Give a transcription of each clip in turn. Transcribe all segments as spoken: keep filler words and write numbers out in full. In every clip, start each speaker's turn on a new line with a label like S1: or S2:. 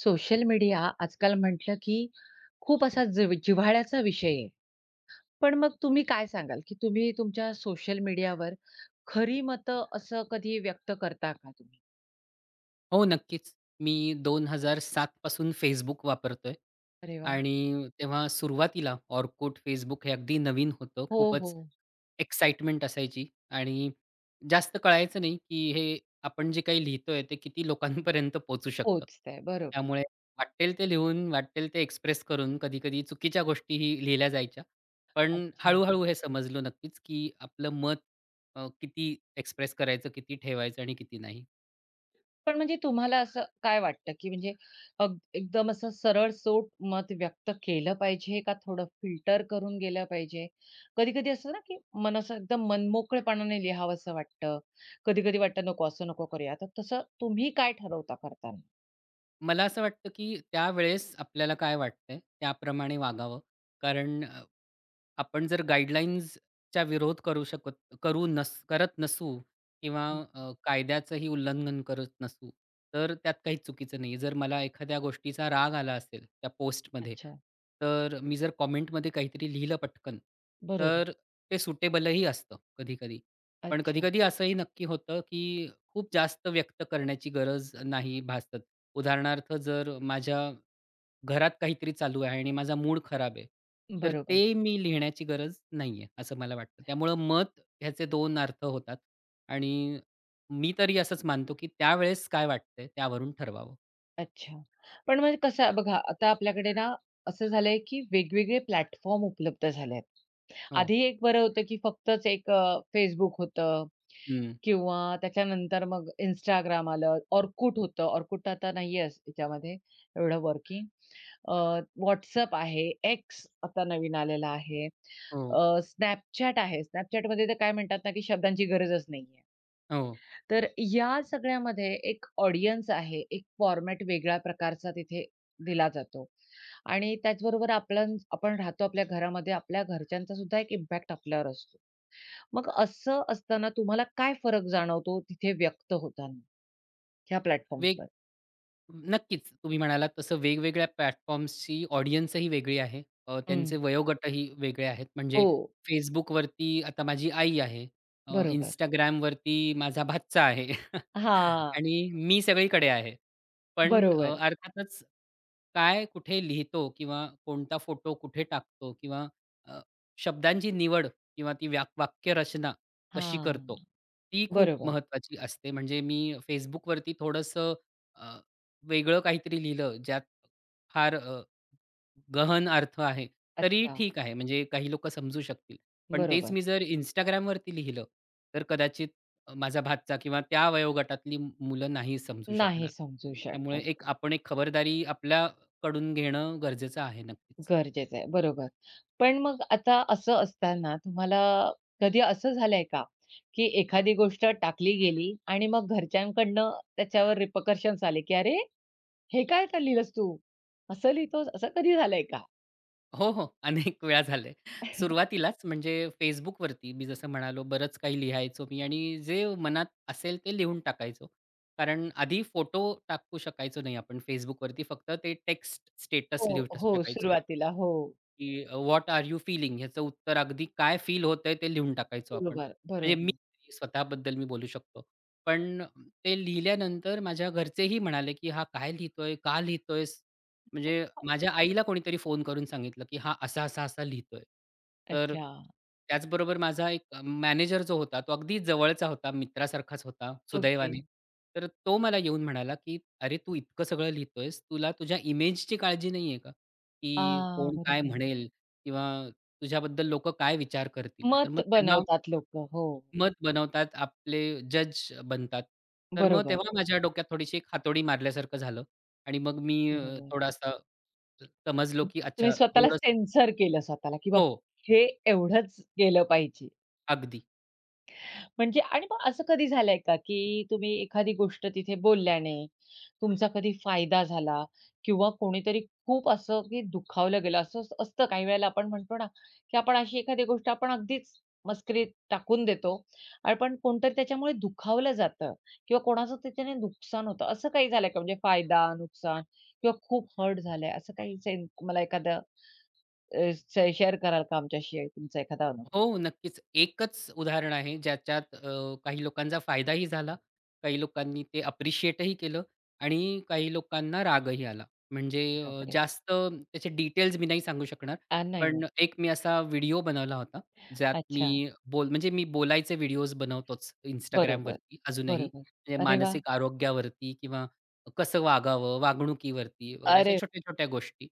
S1: Social media आजकाल म्हटलं की खूप असा जिव- जिव्हाळ्याचा विषय आहे. पण मग तुम्ही काय सांगाल की तुम्ही तुमच्या सोशल मीडियावर खरी मत असं कधी व्यक्त करता का तुम्ही?
S2: हो, नक्कीच. मी दोन हजार सात पासून Facebook वापरतोय
S1: अरे वा,
S2: आणि तेव्हा सुरुवातीला Orkut, Facebook हे अगदी नवीन होतं.
S1: हो,
S2: खूपच
S1: हो.
S2: एक्साइटमेंट असायची आणि जास्त कळायचं नाही, की हे आपण जे काही लिहितोय ते किती लोकांपर्यंत पोहचू शकतं.
S1: पोहोचतंय. बरोबर.
S2: त्यामुळे वाट्टेल ते लिहून, वाट्टेल ते एक्सप्रेस करून कधी-कधी चुकीच्या गोष्टीही लिहिल्या जायच्या. पण
S1: अच्छा.
S2: हळू हे समजलो नक्कीच, की आपलं मत अ, किती एक्सप्रेस करायचं, किती ठेवायचं आणि किती नाही.
S1: पण म्हणजे तुम्हाला असं काय वाटतं, की म्हणजे अग एकदम असं सरळ सोट मत व्यक्त केलं पाहिजे का थोडं फिल्टर करून गेलं पाहिजे? कधी-कधी असतं ना, की मन असं एकदम मनमोकळेपणाने लिहावंसं वाटतं. कधी-कधी वाटतं नको असं नको करूया. तर तसं तुम्ही काय ठरवता करताना?
S2: मला असं वाटतं, की त्यावेळेस आपल्याला काय वाटतंय त्याप्रमाणे वागावं. कारण अ, आपण जर गाईडलाईन्सचा विरोध करू शकत करू नस करत नसू किंवा
S1: हं, हं.
S2: अ, कायद्याचंही उल्लंघन करत नसू, तर त्यात काही चुकीचं नाही जर मला एखाद्या गोष्टीचा राग आला असेल त्या पोस्टमध्ये,
S1: अच्छा.
S2: तर मी जर कॉमेंटमध्ये काहीतरी लिहिलं पटकन,
S1: बरोबर.
S2: तर ते सुटेबलही असतं कधी-कधी. पण
S1: अच्छा.
S2: कधी-कधी असंही नक्की होतं, की खूप जास्त व्यक्त करण्याची गरज नाही भासत. उदाहरणार्थ, जर माझ्या घरात काहीतरी चालू आहे आणि माझा मूड खराब आहे. तर
S1: बरोबर.
S2: ते मी लिहिण्याची गरज नाहीये, असं मला वाटतं. त्यामुळं मत ह्याचे दोन अर्थ होतात आणि मी तरी असंच मानतो, की त्यावेळेस काय वाटतंय त्यावरून ठरवावं.
S1: अच्छा. पण म्हणजे कसं आहे बघा, आता आपल्याकडे ना असं झालंय, की वेगवेगळे प्लॅटफॉर्म उपलब्ध झाले आहेत.
S2: हो.
S1: आधी एक बरं होतं, की फक्तच एक अ, होतं.
S2: हं.
S1: किंवा त्याच्यानंतर मग Instagram आलं, Orkut होतं. Orkut आता नाहीये अस- याच्यामध्ये एवढं वर्किंग. अ, आहे, X आता नवीन आलेला आहे. अ,
S2: हो,
S1: Snapchat आहे. Snapchatमध्ये तर काय म्हणतात ना, की शब्दांची गरजच नाहीये.
S2: हो.
S1: तर या सगळ्यामध्ये एक ऑडियन्स आहे, एक फॉर्मॅट वेगळ्या प्रकारचा तिथे दिला जातो आणि त्याचबरोबर आपण आपण राहतो आपल्या घरामध्ये, आपल्या घरच्यांचा सुद्धा एक इम्पॅक्ट आपल्यावर असतो. मग असं असताना तुम्हाला काय फरक जाणवतो तिथे व्यक्त होताना ह्या
S2: वेग
S1: प्लॅटफॉर्म्सवर?
S2: नक्कीच. तुम्ही म्हणालात तसं वेगवेगळ्या प्लॅटफॉर्म्सची ऑडियन्सही वेगळी आहे. अ,
S1: हं.
S2: त्यांचे वयोगटही वेगळे आहेत. म्हणजे
S1: हो,
S2: Facebookवरती आता माझी आई आहे. अ,
S1: बरोबर.
S2: Instagramवरती माझा भाचा आहे
S1: हां,
S2: आणि मी सगळीकडे आहे. पण अ,
S1: बरोबर.
S2: अर्थातच काय कुठे लिहितो किंवा कोणता फोटो कुठे टाकतो किंवा अ, शब्दांची निवड किंवा ती व्या वाक्यरचना कशी
S1: हां,
S2: करतो, ती खूप
S1: बरोबर.
S2: महत्त्वाची असते. म्हणजे मी Facebookवरती थोडंसं अ, वेगळं काहीतरी लिहिलं ज्यात फार गहन अर्थ आहे, तरी
S1: अच्छा,
S2: ठीक आहे. म्हणजे काही लोकं समजू शकतील. पण तेच
S1: बरोबर.
S2: मी जर Instagramवरती लिहिलं, तर कदाचित अ, माझा भाचा किंवा त्या वयोगटातली मु- मुलं नाही समजू
S1: नाही
S2: शकणार.
S1: समजू
S2: त्यामुळे
S1: शकत.
S2: एक आपण एक खबरदारी आपल्याकडून घेणं गरजेचं आहे नक्कीच.
S1: गरजेचं आहे. बरोबर. पण मग आता असं असताना तुम्हाला कधी असं झालंय का, की एखादी गोष्ट टाकली गेली आणि मग घरच्यांकडनं त्याच्यावर रिपकर्शन्स आले, की "अरे, हे काय का लिहिलंस तू? असं लिहितोस?" असं कधी झालंय का?
S2: हो, हो. अनेक वेळा झालंय. सुरुवातीलाच म्हणजे Facebookवरती मी जसं म्हणालो बरंच काही लिहायचो मी आणि जे मनात असेल ते लिहून टाकायचो. कारण आधी फोटो टाकू शकायचो नाही आपण Facebookवरती फक्त ते टेक्स्ट
S1: हो,
S2: स्टेटस लिहू
S1: हो.
S2: शकायचो.
S1: सुरुवातीला. हो.
S2: की व्हॉट आर यू फीलिंग? ह्याचं उत्तर अगदी काय फील होतंय ते लिहून टाकायचो
S1: हो.
S2: आपण.
S1: बरोबर,
S2: म्हणजे मी
S1: बरोबर.
S2: तरी स्वतःबद्दल मी बोलू शकतो. पण ते लिहिल्यानंतर माझ्या घरचेही म्हणाले, की "हा काय लिहितोय? का लिहितोयस?" म्हणजे माझ्या आईला कोणीतरी फोन करून सांगितलं, की हा असा-असा, असा असा लिहितोय. तर
S1: अच्छा.
S2: त्याचबरोबर माझा एक मॅनेजर जो होता, तो अगदी जवळचा होता, मित्रासारखाच होता
S1: ओके.
S2: सुदैवाने. तर तो मला येऊन म्हणाला, की "अरे, तू इतकं सगळं लिहितोयस, तुला तुझ्या इमेजची काळजी नाहीये का?
S1: आ,
S2: की कोण काय
S1: बरोबर.
S2: म्हणेल किंवा तुझ्याबद्दल लोकं काय विचार करतील?" तर
S1: मत
S2: मग तेव्हा
S1: बनवतात लोक, हो.
S2: मत बनवतात, आपले जज बनतात. तर मग
S1: बरोबर,
S2: तेव्हा माझ्या डोक्यात थोडीशी एक हातोडी मारल्यासारखं झालं आणि मग मी अ,
S1: बरोबर.
S2: थोडासा समजलो, की
S1: तुम्ही
S2: अच्छा
S1: स्वतःला
S2: थोडंसं
S1: सेन्सर केलं स्वतःला, की
S2: हो,
S1: बाबा हे एवढंच गेलं पाहिजे.
S2: अगदी.
S1: म्हणजे आणि मग असं कधी झालंय का, की तुम्ही एखादी गोष्ट तिथे बोलल्याने तुमचा कधी फायदा झाला किंवा कोणीतरी खूप असं की दुखावलं गेलं, असं अस- असतं काही वेळेला आपण म्हणतो ना, की आपण अशी एखादी गोष्ट आपण अगदीच मस्करीत टाकून देतो. आणि पण कोणतरी त्याच्यामुळे दुखावलं जातं किंवा कोणाचं त्याच्याने नुकसान होतं. असं काही झालंय का? म्हणजे फायदा, नुकसान किंवा खूप हर्ट झालंय असं काही सेन मला एखादं शेअर कराल का आमच्याशी तुमचा एखादा अनुभव?
S2: हो, हो, नक्कीच. एकच उदाहरण आहे ज्याच्यात अ, काही लोकांचा फायदाही झाला, काही लोकांनी ते अप्रिशिएटही केलं आणि काही लोकांना रागही आला. म्हणजे अ,
S1: बापरे!
S2: जास्त त्याचे डिटेल्स मी नाही सांगू शकणार.
S1: आ, नाही.
S2: पण एक मी असा व्हिडिओ बनवला होता, ज्यात
S1: अच्छा.
S2: मी बोल म्हणजे मी बोलायचे व्हिडिओज बनवतोच
S1: बरोबर,
S2: Instagramवरती अजूनही.
S1: बरोबर.
S2: म्हणजे
S1: अरे वाह!
S2: मानसिक आरोग्यावरती किंवा कसं वागावं, वागणुकीवरती वगैरे अशा
S1: अरे
S2: छोट्या-छोट्या गोष्टी,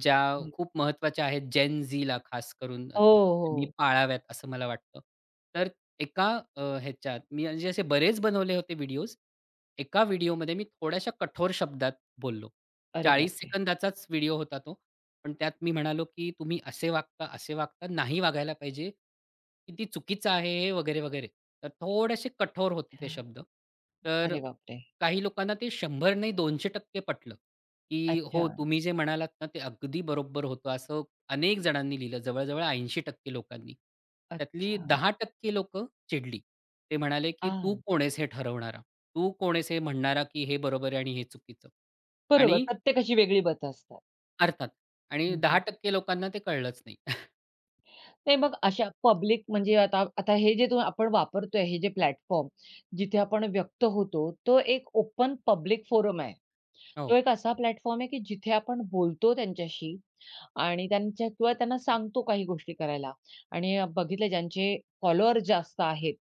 S2: ज्या
S1: हं.
S2: खूप महत्त्वाच्या आहेत जेन झीला खास करून.
S1: हो,
S2: त्यांनी
S1: हो.
S2: पाळाव्यात असं मला वाटतं. तर एका अ, ह्याच्यात मी म्हणजे असे बरेच बनवले होते व्हिडिओज. एका व्हिडिओमध्ये मी थोड्याशा कठोर शब्दात बोललो.
S1: अरे
S2: चाळीस
S1: बापरे!
S2: सेकंदाचाच व्हिडिओ होता तो. पण त्यात मी म्हणालो, की तुम्ही असे वागता, असे वागता, नाही वागायला पाहिजे. किती चुकीचं आहे हे वगैरे, वगैरे. तर थोडेसे कठोर होते
S1: अच्छा.
S2: ते शब्द. तर
S1: अरे बापरे!
S2: काही लोकांना ते शंभर नाही दोनशे टक्के पटलं, की हो
S1: अच्छा,
S2: तुम्ही जे म्हणालात ना ते अगदी बरोबर होतं. असं अनेक जणांनी लिहिलं, जवळ-जवळ ऐंशी टक्के लोकांनी. त्यातली
S1: अच्छा.
S2: दहा टक्के लोकं चिडली. ते म्हणाले, की "तू
S1: हां,
S2: कोण आहेस हे ठरवणारा? तू कोण आहेस हे म्हणणारा, की हे बरोबर आहे आणि हे चुकीचं?"
S1: बरोबर.
S2: आणि
S1: प्रत्येकाची वेगळी मतं असतात.
S2: अर्थात आणि
S1: हं, हं.
S2: दहा टक्के लोकांना ते कळलंच नाही.
S1: नाही मग अशा पब्लिक म्हणजे आता आता हे जे आपण वापरतोय हे जे प्लॅटफॉर्म जिथे आपण व्यक्त होतो, तो एक ओपन पब्लिक फोरम आहे. तो
S2: हो.
S1: एक असा प्लॅटफॉर्म आहे, की जिथे आपण बोलतो त्यांच्याशी आणि त्यांच्या किंवा त्यांना सांगतो काही गोष्टी करायला आणि बघितलं ज्यांचे फॉलोअर्स जास्त आहेत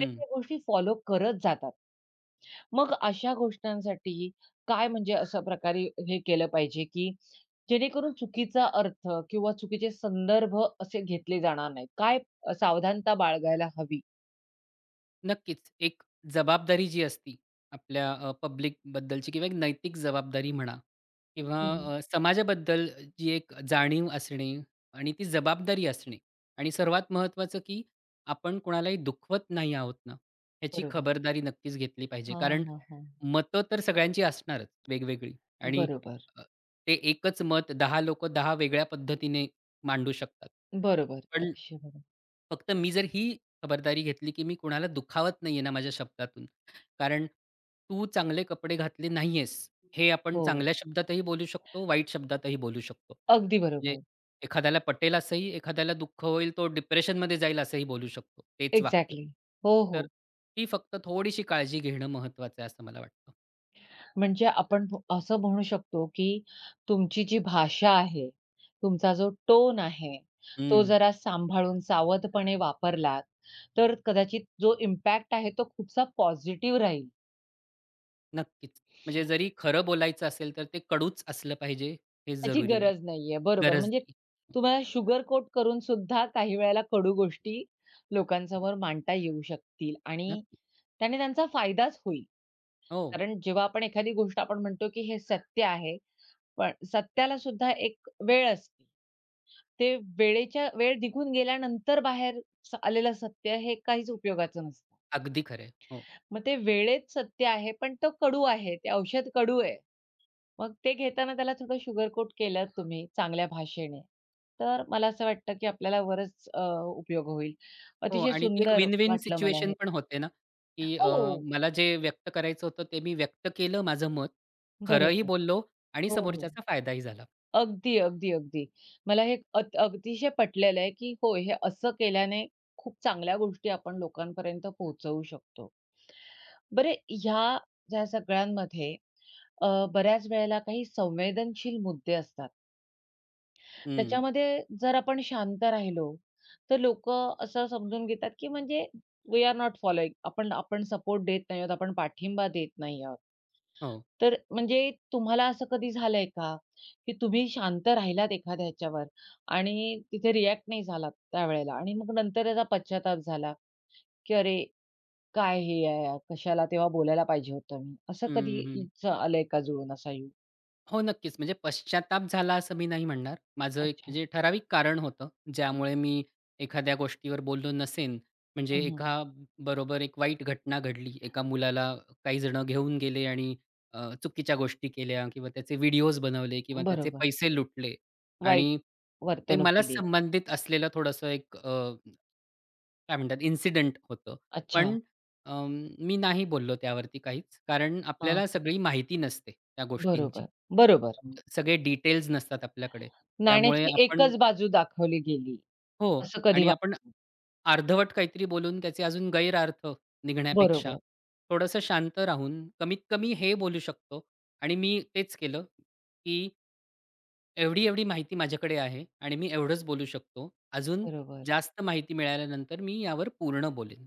S1: ते त्या गोष्टी फॉलो करत जातात. मग अशा गोष्टांसाठी काय म्हणजे अशा प्रकारे हे केलं पाहिजे, की जेणेकरून चुकीचा अर्थ किंवा चुकीचे संदर्भ असे घेतले जाणार नाहीत? काय सावधानता बाळगायला हवी?
S2: नक्कीच. एक जबाबदारी जी असती आपल्या अ, पब्लिकबद्दलची किंवा एक नैतिक जबाबदारी म्हणा किंवा
S1: हं, हं.
S2: अ, समाजाबद्दल जी एक जाणीव असणे आणि ती जबाबदारी असणे आणि सर्वात महत्त्वाचं, की आपण कोणालाही दुखवत नाही आहोत ना, ह्याची
S1: बरोबर.
S2: खबरदारी नक्कीच घेतली पाहिजे.
S1: हां,
S2: कारण
S1: हां, हां.
S2: मतं तर सगळ्यांची असणारच वेगवेगळी आणि
S1: बरोबर,
S2: अ, ते एकच मत दहा लोकं दहा वेगळ्या पद्धतीने मांडू शकतात.
S1: बरोबर.
S2: पण
S1: अतिशय बरोबर.
S2: फक्त मी जर ही खबरदारी घेतली, की मी कुणाला दुखावत नाहीये ना माझ्या शब्दातून. कारण तू चांगले कपडे घातले नाहीयेस, हे आपण
S1: हो,
S2: चांगल्या शब्दातही बोलू शकतो, वाईट शब्दातही बोलू शकतो.
S1: अगदी
S2: म्हणजे
S1: बरोबर.
S2: एखाद्याला पटेल असंही, एखाद्याला दुःख होईल, तो डिप्रेशनमध्ये जाईल असंही बोलू शकतो, तेच वाक्य.
S1: एक्झॅक्टली. हो,
S2: तर
S1: हो.
S2: ती फक्त थोडीशी काळजी घेणं महत्त्वाचं आहे असं मला वाटतं.
S1: म्हणजे आपण म्ह- असं म्हणू शकतो की तुमची जी भाषा आहे, तुमचा जो टोन आहे, तो
S2: हं,
S1: जरा सांभाळून सावधपणे वापरलात तर कदाचित जो इम्पॅक्ट आहे तो खूपसा पॉझिटिव्ह राहील.
S2: नक्कीच. म्हणजे जरी खरं बोलायचं असेल, तर ते कडूच असलं पाहिजे हे
S1: त्याची
S2: जरुरी नाही.
S1: गरज नाहीये. बरोबर.
S2: गरज
S1: म्हणजे
S2: नाही.
S1: तुम्हाला शुगर कोट करून सुद्धा काही वेळेला कडू गोष्टी लोकांसमोर मांडता येऊ शकतील आणि
S2: नक्की.
S1: त्याने त्यांचा फायदाच होईल.
S2: हो,
S1: कारण जेव्हा आपण एखादी गोष्ट आपण म्हणतो की हे सत्य आहे, पण सत्याला सुद्धा एक वेळ असते. ते वेळेच्या वेळ निघून गेल्यानंतर बाहेर स आलेलं सत्य हे काहीच उपयोगाचं नसतं.
S2: अगदी खरं हो.
S1: मग ते वेळेत सत्य आहे, पण तो कडू आहे. ते औषध कडू आहे. मग ते घेताना त्याला थोडं शुगर कोट केलं तुम्ही चांगल्या भाषेने, तर मला असं वाटतं की आपल्याला वरच अ, उपयोग होईल.
S2: हो
S1: अतिशय
S2: आणि ती एक
S1: सुंदर
S2: विन-विन
S1: वाटलं मला हे.
S2: सिच्युएशन पण होते ना, की अ,
S1: हो,
S2: मला जे व्यक्त करायचं होतं ते मी व्यक्त केलं माझं मत. खरंही
S1: बरोबर.
S2: बोललो आणि
S1: हो, हो.
S2: समोरच्याचा फायदाही झाला.
S1: अगदी, अगदी, अगदी. मला हे अत अतिशय पटलेलं आहे की हो, हे असं केल्याने खूप चांगल्या गोष्टी आपण लोकांपर्यंत पोहोचवू शकतो. बरे ह्या ज्या सगळ्यांमध्ये अ, बऱ्याच वेळेला काही संवेदनशील मुद्दे असतात.
S2: हं.
S1: त्याच्यामध्ये जर आपण शांत राहिलो, तर लोक असं समजून घेतात, की म्हणजे वी आर नॉट फॉलोइंग. आपण आपण सपोर्ट देत नाही आहोत, आपण पाठिंबा देत नाही आहोत.
S2: हो.
S1: तर म्हणजे तुम्हाला असं कधी झालंय का, की तुम्ही शांत राहिलात एखाद्या ह्याच्यावर आणि तिथे रिएक्ट नाही झालात त्यावेळेला आणि मग नंतर त्याचा पश्चाताप झाला, की अरे काय हे यार, कशाला तेव्हा बोलायला पाहिजे होतं मी. असं कधी
S2: हं, हं.
S1: च आलंय का जुळून असा योग?
S2: हो, नक्कीच. म्हणजे पश्चात्ताप झाला असं मी नाही म्हणणार. माझं एक
S1: अच्छा.
S2: म्हणजे ठराविक कारण होतं, ज्यामुळे मी एखाद्या गोष्टीवर बोललो नसेन. म्हणजे
S1: हं, हं.
S2: एका बरोबर एक वाईट घटना घडली. एका मुलाला काही जण घेऊन गेले आणि अ, चुकीच्या गोष्टी केल्या किंवा त्याचे व्हिडिओज बनवले किंवा त्याचे
S1: बरोबर.
S2: पैसे लुटले
S1: वाईट
S2: आणि ते
S1: वर्तणूक
S2: मला
S1: केली.
S2: संबंधित असलेलं थोडंसं एक काय म्हणतात इन्सिडेंट होतं.
S1: अच्छा.
S2: पण अं, मी नाही बोललो त्यावरती काहीच. कारण
S1: हां,
S2: आपल्याला
S1: हां.
S2: सगळी माहिती नसते त्या गोष्टींची.
S1: बरोबर, बरोबर.
S2: अम, सगळे डिटेल्स नसतात आपल्याकडे. त्यामुळे
S1: नाण्याची
S2: आपण
S1: एकच बाजू दाखवली गेली
S2: हो.
S1: असं कधी
S2: आणि आपण
S1: वाटतं.
S2: अर्धवट काहीतरी बोलून त्याचे अजून गैरअर्थ निघण्यापेक्षा
S1: बरोबर,
S2: थोडंसं शांत राहून कमीत कमी हे बोलू शकतो आणि मी तेच केलं, की एवढी-एवढी माहिती माझ्याकडे आहे आणि मी एवढंच बोलू शकतो. अजून
S1: बरोबर,
S2: जास्त माहिती मिळाल्यानंतर मी यावर पूर्ण बोलेन.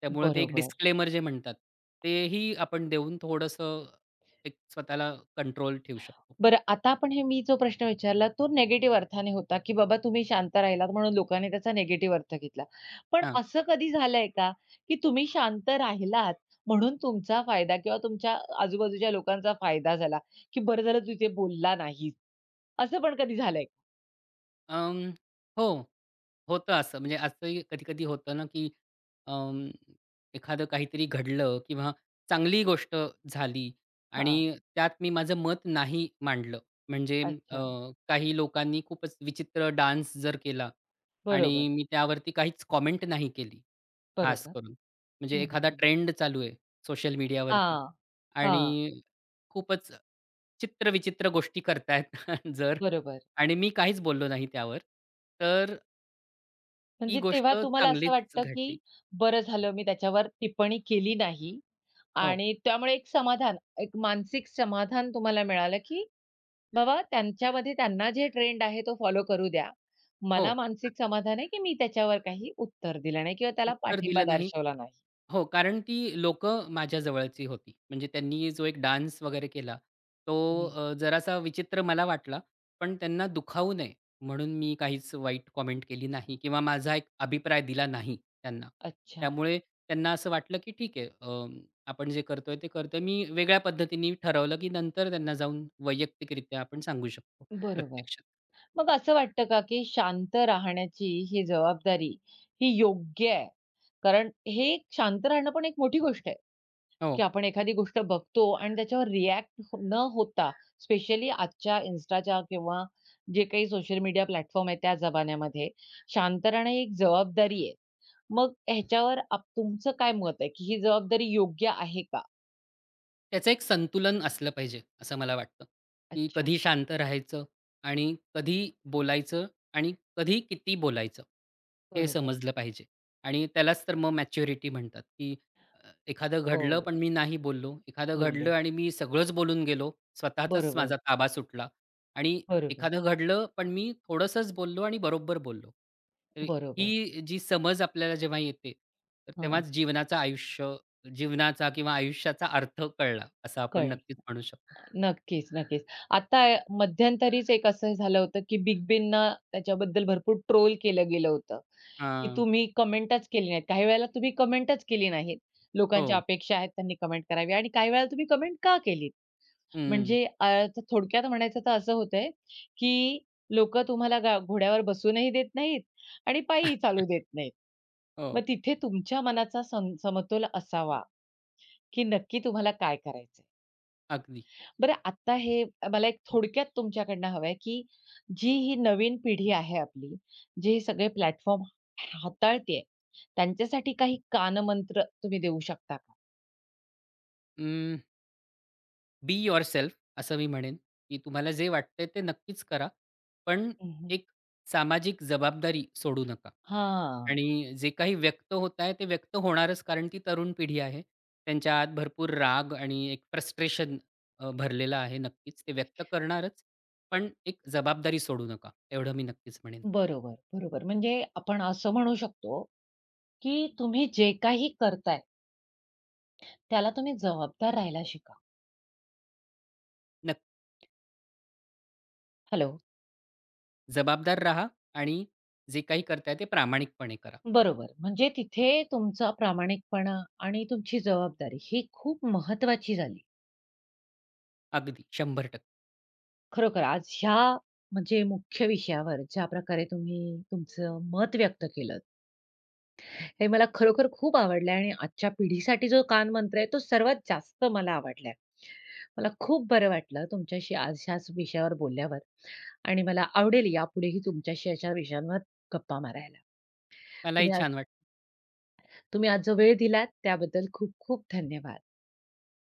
S2: त्यामुळे ते एक
S1: बरोबर.
S2: डिस्क्लेमर जे म्हणतात, तेही आपण देऊन थोडंसं एक स्वतःला कंट्रोल ठेवू शकतो.
S1: बरं आता आपण हे मी जो प्रश्न विचारला तो निगेटिव्ह अर्थाने होता, की बाबा तुम्ही शांत राहिलात म्हणून लोकांनी त्याचा निगेटिव्ह अर्थ घेतला. पण असं कधी झालंय का, की तुम्ही शांत राहिलात म्हणून तुमचा फायदा किंवा तुमच्या आजूबाजूच्या लोकांचा फायदा झाला, की बरं झालं तू इथे बोलला नाहीस, असं पण कधी झालंय?
S2: अं, हो, होतं असं. म्हणजे असंही कधी-कधी होतं ना, की अं, एखादं काहीतरी घडलं किंवा चांगली गोष्ट झाली आणि
S1: हां,
S2: त्यात मी माझं मत नाही मांडलं. म्हणजे अ,
S1: अच्छा.
S2: काही लोकांनी खूपच विचित्र डान्स जर केला आणि
S1: बरोबर,
S2: मी त्यावरती काहीच कॉमेंट नाही केली, खास
S1: बरोबर.
S2: करून. म्हणजे
S1: हं, हं,
S2: एखादा
S1: हं.
S2: ट्रेंड चालू आहे सोशल मीडियावरती
S1: हां, हां.
S2: आणि खूपच चित्रविचित्र गोष्टी करतायत जर
S1: बरोबर.
S2: आणि मी काहीच बोललो नाही त्यावर, तर ती
S1: म्हणजे तेव्हा
S2: गोष्ट
S1: तुम्हाला असं
S2: चांगलीच
S1: वाटतं,
S2: घडली.
S1: की बरं झालं मी त्याच्यावर टिप्पणी केली नाही
S2: हो,
S1: आणि त्यामुळे एक समाधान, एक मानसिक समाधान तुम्हाला मिळालं, की बाबा त्यांच्यामध्ये त्यांना जे ट्रेंड आहे तो फॉलो करू द्या.
S2: हो.
S1: मला मानसिक समाधान आहे, की मी त्याच्यावर काही उत्तर दिलं नाही किंवा त्याला
S2: उत्तर
S1: पाठिंबा
S2: दिलं नाही
S1: दर्शवला नाही.
S2: हो, कारण ती लोकं माझ्या जवळची होती. म्हणजे त्यांनी जो एक डान्स वगैरे केला, तो
S1: हं,
S2: अ, जरासा विचित्र मला वाटला. पण त्यांना दुखावू नये म्हणून मी काहीच वाईट कॉमेंट केली नाही किंवा माझा एक अभिप्राय दिला नाही त्यांना.
S1: अच्छा,
S2: त्यामुळे त्यांना असं वाटलं, की ठीक आहे अ, आपण जे करतोय ते करतोय. मी वेगळ्या पद्धतीने ठरवलं, की नंतर त्यांना जाऊन वैयक्तिकरित्या आपण सांगू शकतो
S1: बरोबर.
S2: प्रत्यक्षात.
S1: मग असं वाटतं का, की शांत राहण्याची ही जबाबदारी ही योग्य आहे? कारण हे शांत राहणं पण एक मोठी गोष्ट आहे. की
S2: हो.
S1: आपण एखादी गोष्ट बघतो आणि त्याच्यावर रिॲक्ट हो, न होता, स्पेशली आजच्या Instaच्या किंवा जे काही सोशल मीडिया प्लॅटफॉर्म आहे त्या जमान्यामध्ये, शांत राहणं ही एक जबाबदारी आहे. मग ह्याच्यावर आप तुमचं काय मत आहे, की ही जबाबदारी योग्य आहे का?
S2: त्याचं एक संतुलन असलं पाहिजे, असं मला वाटतं, की
S1: अच्छा.
S2: कधी शांत राहायचं आणि कधी बोलायचं आणि कधी किती बोलायचं, हे
S1: बरोबर.
S2: समजलं पाहिजे. आणि त्यालाच तर मग मॅच्युरिटी म्हणतात, की अ, एखादं घडलं
S1: हो.
S2: पण मी नाही बोललो, एखादं घडलं
S1: बोललो.
S2: आणि मी सगळंच बोलून गेलो, स्वतःचाच
S1: बरोबर,
S2: माझा ताबा सुटला आणि
S1: बरोबर,
S2: एखादं घडलं पण मी थोडंसंच बोललो आणि बरोबर बोललो. तर
S1: बरोबर.
S2: ही जी समज आपल्याला जेव्हा येते, तर
S1: हां,
S2: तेव्हाच जीवनाचं आयुष्य जीवनाचा किंवा आयुष्याचा अर्थ कळला, असं आपण
S1: कळलं.
S2: नक्कीच म्हणू शकतो.
S1: नक्कीच, नक्कीच. आता मध्यंतरीच एक असं झालं होतं, की बिग बींना त्याच्याबद्दल भरपूर ट्रोल केलं गेलं होतं. की
S2: हां.
S1: तुम्ही कमेंटच केली नाहीत. काही वेळेला तुम्ही कमेंटच केली नाहीत. लोकांच्या
S2: हो.
S1: अपेक्षा आहेत त्यांनी कमेंट करावी आणि काही वेळेला तुम्ही कमेंट का केलीत?
S2: हं.
S1: म्हणजे अ, तर थोडक्यात म्हणायचं तर असं होतंय, की लोकं तुम्हाला गा घोड्यावर बसूनही देत नाहीत आणि पायीही चालू देत नाहीत.
S2: हो,
S1: मग तिथे तुमच्या मनाचा सं समतोल असावा, की नक्की तुम्हाला काय करायचंय?
S2: अगदी.
S1: बरं आता हे मला एक थोडक्यात तुमच्याकडनं हवं की जी ही नवीन पिढी आहे आपली, जे हे सगळे प्लॅटफॉर्म हाताळतीये, त्यांच्यासाठी काही कानमंत्र तुम्ही देऊ शकता का?
S2: अं, बी युअरसेल्फ असं मी म्हणेन, की तुम्हाला जे वाटतंय ते नक्कीच करा. पण
S1: हं, हं.
S2: एक सामाजिक जबाबदारी सोडू नका. आणि जे काही व्यक्त होत आहे, ते व्यक्त होणारच, कारण ती तरुण पिढी आहे. त्यांच्या आत भरपूर राग आणि एक फ्रस्ट्रेशन भरलेलं आहे नक्कीच. ते व्यक्त करणारच, पण एक जबाबदारी सोडू नका, एवढं मी नक्कीच म्हणेन.
S1: बरोबर, बरोबर. म्हणजे आपण असं म्हणू शकतो, की तुम्ही जे काही करताय, त्याला तुम्ही जबाबदार राहायला शिका. हॅलो.
S2: जबाबदार राहा आणि जे काही करताय ते प्रामाणिकपणे करा.
S1: बरोबर. म्हणजे तिथे तुमचा प्रामाणिकपणा आणि तुमची जबाबदारी ही खूप महत्त्वाची झाली.
S2: अगदी शंभर टक्के
S1: खरोखर आज ह्या म्हणजे मुख्य विषयावर ज्या प्रकारे तुम्ही तुमचं मत व्यक्त केलं, हे मला खरोखर खूप आवडलं आणि आजच्या पिढीसाठी जो कान मंत्र आहे, तो सर्वात जास्त मला आवडलाय. मला खूप बरं वाटलं तुमच्याशी आज ह्याच विषयावर बोलल्यावर आणि मला आवडेल यापुढेही तुमच्याशी अशा विषयांवर गप्पा मारायला.
S2: मलाही
S1: तुम्ही आज
S2: छान वाटलं
S1: तुम्ही आज जो वेळ दिलात त्याबद्दल खूप खूप धन्यवाद.